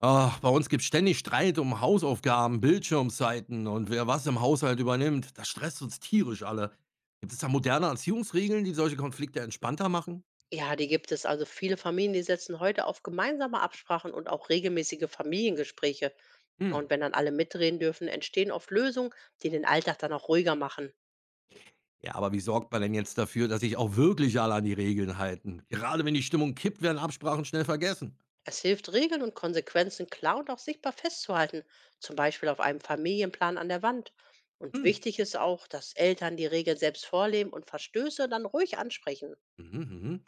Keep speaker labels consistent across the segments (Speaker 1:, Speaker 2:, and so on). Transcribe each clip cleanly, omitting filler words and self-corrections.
Speaker 1: Ach, bei uns gibt's ständig Streit um Hausaufgaben, Bildschirmzeiten und wer was im Haushalt übernimmt. Das stresst uns tierisch alle. Gibt es da moderne Erziehungsregeln, die solche Konflikte entspannter machen?
Speaker 2: Ja, die gibt es. Also viele Familien, die setzen heute auf gemeinsame Absprachen und auch regelmäßige Familiengespräche.
Speaker 1: Hm.
Speaker 2: Und wenn dann alle mitreden dürfen, entstehen oft Lösungen, die den Alltag dann auch ruhiger machen.
Speaker 1: Ja, aber wie sorgt man denn jetzt dafür, dass sich auch wirklich alle an die Regeln halten? Gerade wenn die Stimmung kippt, werden Absprachen schnell vergessen.
Speaker 2: Es hilft, Regeln und Konsequenzen klar und auch sichtbar festzuhalten, zum Beispiel auf einem Familienplan an der Wand. Und
Speaker 1: Hm.
Speaker 2: wichtig ist auch, dass Eltern die Regeln selbst vorleben und Verstöße dann ruhig ansprechen.
Speaker 1: Mhm, mhm.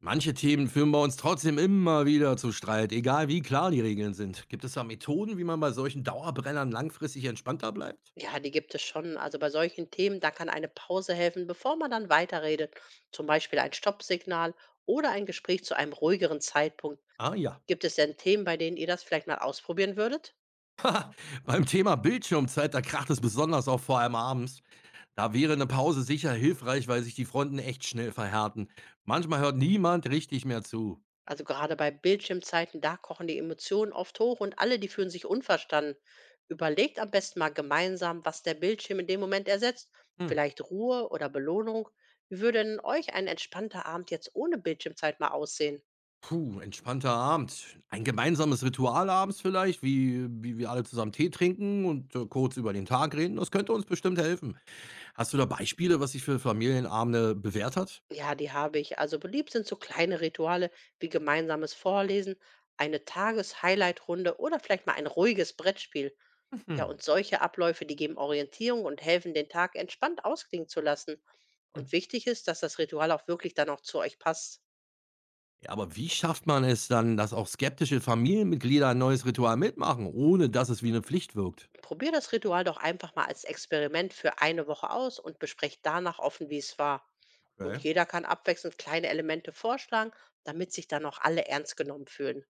Speaker 1: Manche Themen führen bei uns trotzdem immer wieder zu Streit, egal wie klar die Regeln sind. Gibt es da Methoden, wie man bei solchen Dauerbrennern langfristig entspannter bleibt?
Speaker 2: Ja, die gibt es schon. Also bei solchen Themen, da kann eine Pause helfen, bevor man dann weiterredet. Zum Beispiel ein Stoppsignal oder ein Gespräch zu einem ruhigeren Zeitpunkt.
Speaker 1: Ah ja.
Speaker 2: Gibt es denn Themen, bei denen ihr das vielleicht mal ausprobieren würdet?
Speaker 1: Beim Thema Bildschirmzeit, da kracht es besonders auf, vor allem abends. Da wäre eine Pause sicher hilfreich, weil sich die Fronten echt schnell verhärten. Manchmal hört niemand richtig mehr zu.
Speaker 2: Also gerade bei Bildschirmzeiten, da kochen die Emotionen oft hoch und alle, die fühlen sich unverstanden. Überlegt am besten mal gemeinsam, was der Bildschirm in dem Moment ersetzt.
Speaker 1: Hm.
Speaker 2: Vielleicht Ruhe oder Belohnung. Wie würde denn euch ein entspannter Abend jetzt ohne Bildschirmzeit mal aussehen?
Speaker 1: Puh, entspannter Abend. Ein gemeinsames Ritual abends vielleicht, wie wir alle zusammen Tee trinken und kurz über den Tag reden. Das könnte uns bestimmt helfen. Hast du da Beispiele, was sich für Familienabende bewährt hat?
Speaker 2: Ja, die habe ich. Also beliebt sind so kleine Rituale wie gemeinsames Vorlesen, eine Tages-Highlight-Runde oder vielleicht mal ein ruhiges Brettspiel. Ja,
Speaker 1: Mhm.
Speaker 2: und solche Abläufe, die geben Orientierung und helfen, den Tag entspannt ausklingen zu lassen.
Speaker 1: Hm.
Speaker 2: Und wichtig ist, dass das Ritual auch wirklich dann auch zu euch passt.
Speaker 1: Ja, aber wie schafft man es dann, dass auch skeptische Familienmitglieder ein neues Ritual mitmachen, ohne dass es wie eine Pflicht wirkt?
Speaker 2: Probier das Ritual doch einfach mal als Experiment für eine Woche aus und besprecht danach offen, wie es war. Und
Speaker 1: Okay.
Speaker 2: jeder kann abwechselnd kleine Elemente vorschlagen, damit sich dann auch alle ernst genommen fühlen.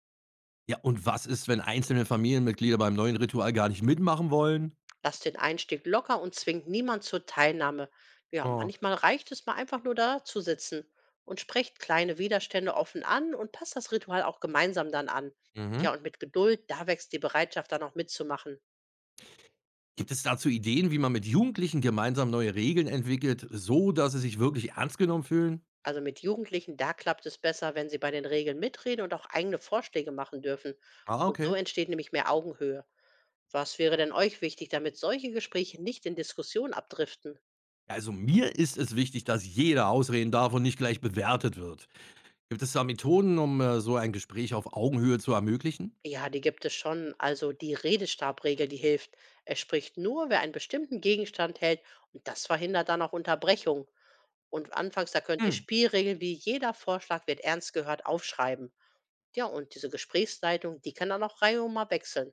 Speaker 1: Ja, und was ist, wenn einzelne Familienmitglieder beim neuen Ritual gar nicht mitmachen wollen?
Speaker 2: Lasst den Einstieg locker und zwingt niemand zur Teilnahme. Ja,
Speaker 1: Oh.
Speaker 2: manchmal reicht es mal einfach nur da zu sitzen und sprecht kleine Widerstände offen an und passt das Ritual auch gemeinsam dann an. Ja,
Speaker 1: Mhm.
Speaker 2: und mit Geduld, da wächst die Bereitschaft dann auch mitzumachen.
Speaker 1: Gibt es dazu Ideen, wie man mit Jugendlichen gemeinsam neue Regeln entwickelt, so dass sie sich wirklich ernst genommen fühlen?
Speaker 2: Also mit Jugendlichen, da klappt es besser, wenn sie bei den Regeln mitreden und auch eigene Vorschläge machen dürfen.
Speaker 1: Ah,
Speaker 2: Und so
Speaker 1: okay.
Speaker 2: entsteht nämlich mehr Augenhöhe. Was wäre denn euch wichtig, damit solche Gespräche nicht in Diskussionen abdriften?
Speaker 1: Ja, also mir ist es wichtig, dass jeder ausreden darf und nicht gleich bewertet wird. Gibt es da Methoden, um so ein Gespräch auf Augenhöhe zu ermöglichen?
Speaker 2: Ja, die gibt es schon. Also die Redestabregel, die hilft. Es spricht nur, wer einen bestimmten Gegenstand hält und das verhindert dann auch Unterbrechung. Und anfangs, da könnt ihr
Speaker 1: Hm.
Speaker 2: Spielregeln wie jeder Vorschlag wird ernst gehört aufschreiben. Ja, und diese Gesprächsleitung, die kann dann auch reihum mal wechseln.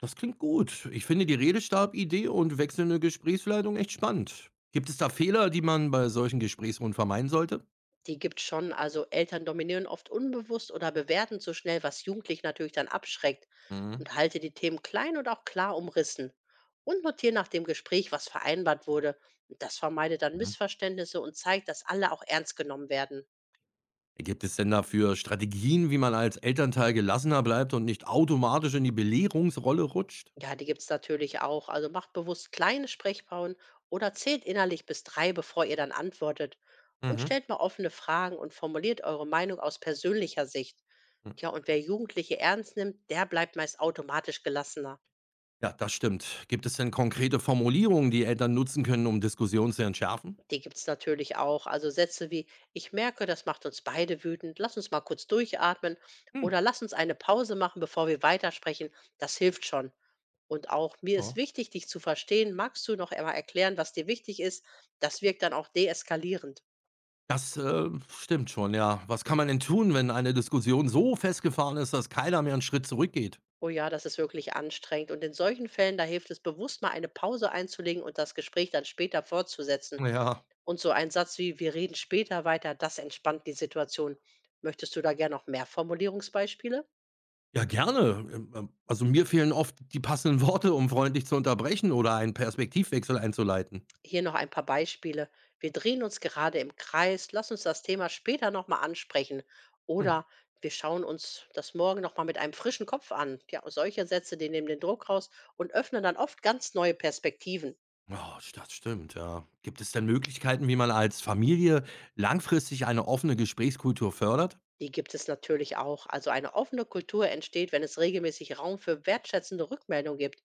Speaker 1: Das klingt gut. Ich finde die Redestab-Idee und wechselnde Gesprächsleitung echt spannend. Gibt es da Fehler, die man bei solchen Gesprächsrunden vermeiden sollte?
Speaker 2: Die gibt's schon. Also Eltern dominieren oft unbewusst oder bewerten zu schnell, was Jugendliche natürlich dann abschreckt.
Speaker 1: Mhm.
Speaker 2: Und halte die Themen klein und auch klar umrissen. Und notiere nach dem Gespräch, was vereinbart wurde. Das vermeidet dann Missverständnisse und zeigt, dass alle auch ernst genommen werden.
Speaker 1: Gibt es denn dafür Strategien, wie man als Elternteil gelassener bleibt und nicht automatisch in die Belehrungsrolle rutscht?
Speaker 2: Ja, die gibt's natürlich auch. Also macht bewusst kleine Sprechpausen oder zählt innerlich bis 3, bevor ihr dann antwortet. Und
Speaker 1: Mhm.
Speaker 2: stellt mal offene Fragen und formuliert eure Meinung aus persönlicher Sicht.
Speaker 1: Hm.
Speaker 2: Ja, und wer Jugendliche ernst nimmt, der bleibt meist automatisch gelassener.
Speaker 1: Ja, das stimmt. Gibt es denn konkrete Formulierungen, die Eltern nutzen können, um Diskussionen zu entschärfen?
Speaker 2: Die gibt's natürlich auch. Also Sätze wie, ich merke, das macht uns beide wütend, lass uns mal kurz durchatmen
Speaker 1: Hm.
Speaker 2: oder lass uns eine Pause machen, bevor wir weitersprechen, das hilft schon. Und auch, mir ist
Speaker 1: Ja.
Speaker 2: wichtig, dich zu verstehen, magst du noch einmal erklären, was dir wichtig ist? Das wirkt dann auch deeskalierend.
Speaker 1: Das stimmt schon, ja. Was kann man denn tun, wenn eine Diskussion so festgefahren ist, dass keiner mehr einen Schritt zurückgeht?
Speaker 2: Oh ja, das ist wirklich anstrengend. Und in solchen Fällen, da hilft es bewusst mal eine Pause einzulegen und das Gespräch dann später fortzusetzen.
Speaker 1: Ja.
Speaker 2: Und so ein Satz wie, wir reden später weiter, das entspannt die Situation. Möchtest du da gern noch mehr Formulierungsbeispiele?
Speaker 1: Ja, gerne. Also mir fehlen oft die passenden Worte, um freundlich zu unterbrechen oder einen Perspektivwechsel einzuleiten.
Speaker 2: Hier noch ein paar Beispiele. Wir drehen uns gerade im Kreis, lass uns das Thema später nochmal ansprechen.
Speaker 1: Hm.
Speaker 2: Oder wir schauen uns das morgen nochmal mit einem frischen Kopf an. Ja, solche Sätze, die nehmen den Druck raus und öffnen dann oft ganz neue Perspektiven.
Speaker 1: Oh, das stimmt, ja. Gibt es denn Möglichkeiten, wie man als Familie langfristig eine offene Gesprächskultur fördert?
Speaker 2: Die gibt es natürlich auch. Also eine offene Kultur entsteht, wenn es regelmäßig Raum für wertschätzende Rückmeldung gibt.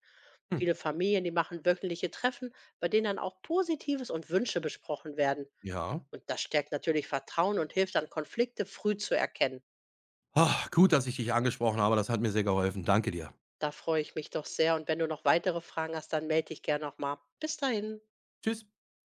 Speaker 1: Hm,
Speaker 2: Viele Familien, die machen wöchentliche Treffen, bei denen dann auch Positives und Wünsche besprochen werden.
Speaker 1: ja.
Speaker 2: Und das stärkt natürlich Vertrauen und hilft dann, Konflikte früh zu erkennen.
Speaker 1: Ah, gut, dass ich dich angesprochen habe. Das hat mir sehr geholfen. Danke dir.
Speaker 2: Da freue ich mich doch sehr und wenn du noch weitere Fragen hast, dann melde dich gerne nochmal. Bis dahin.
Speaker 1: Tschüss.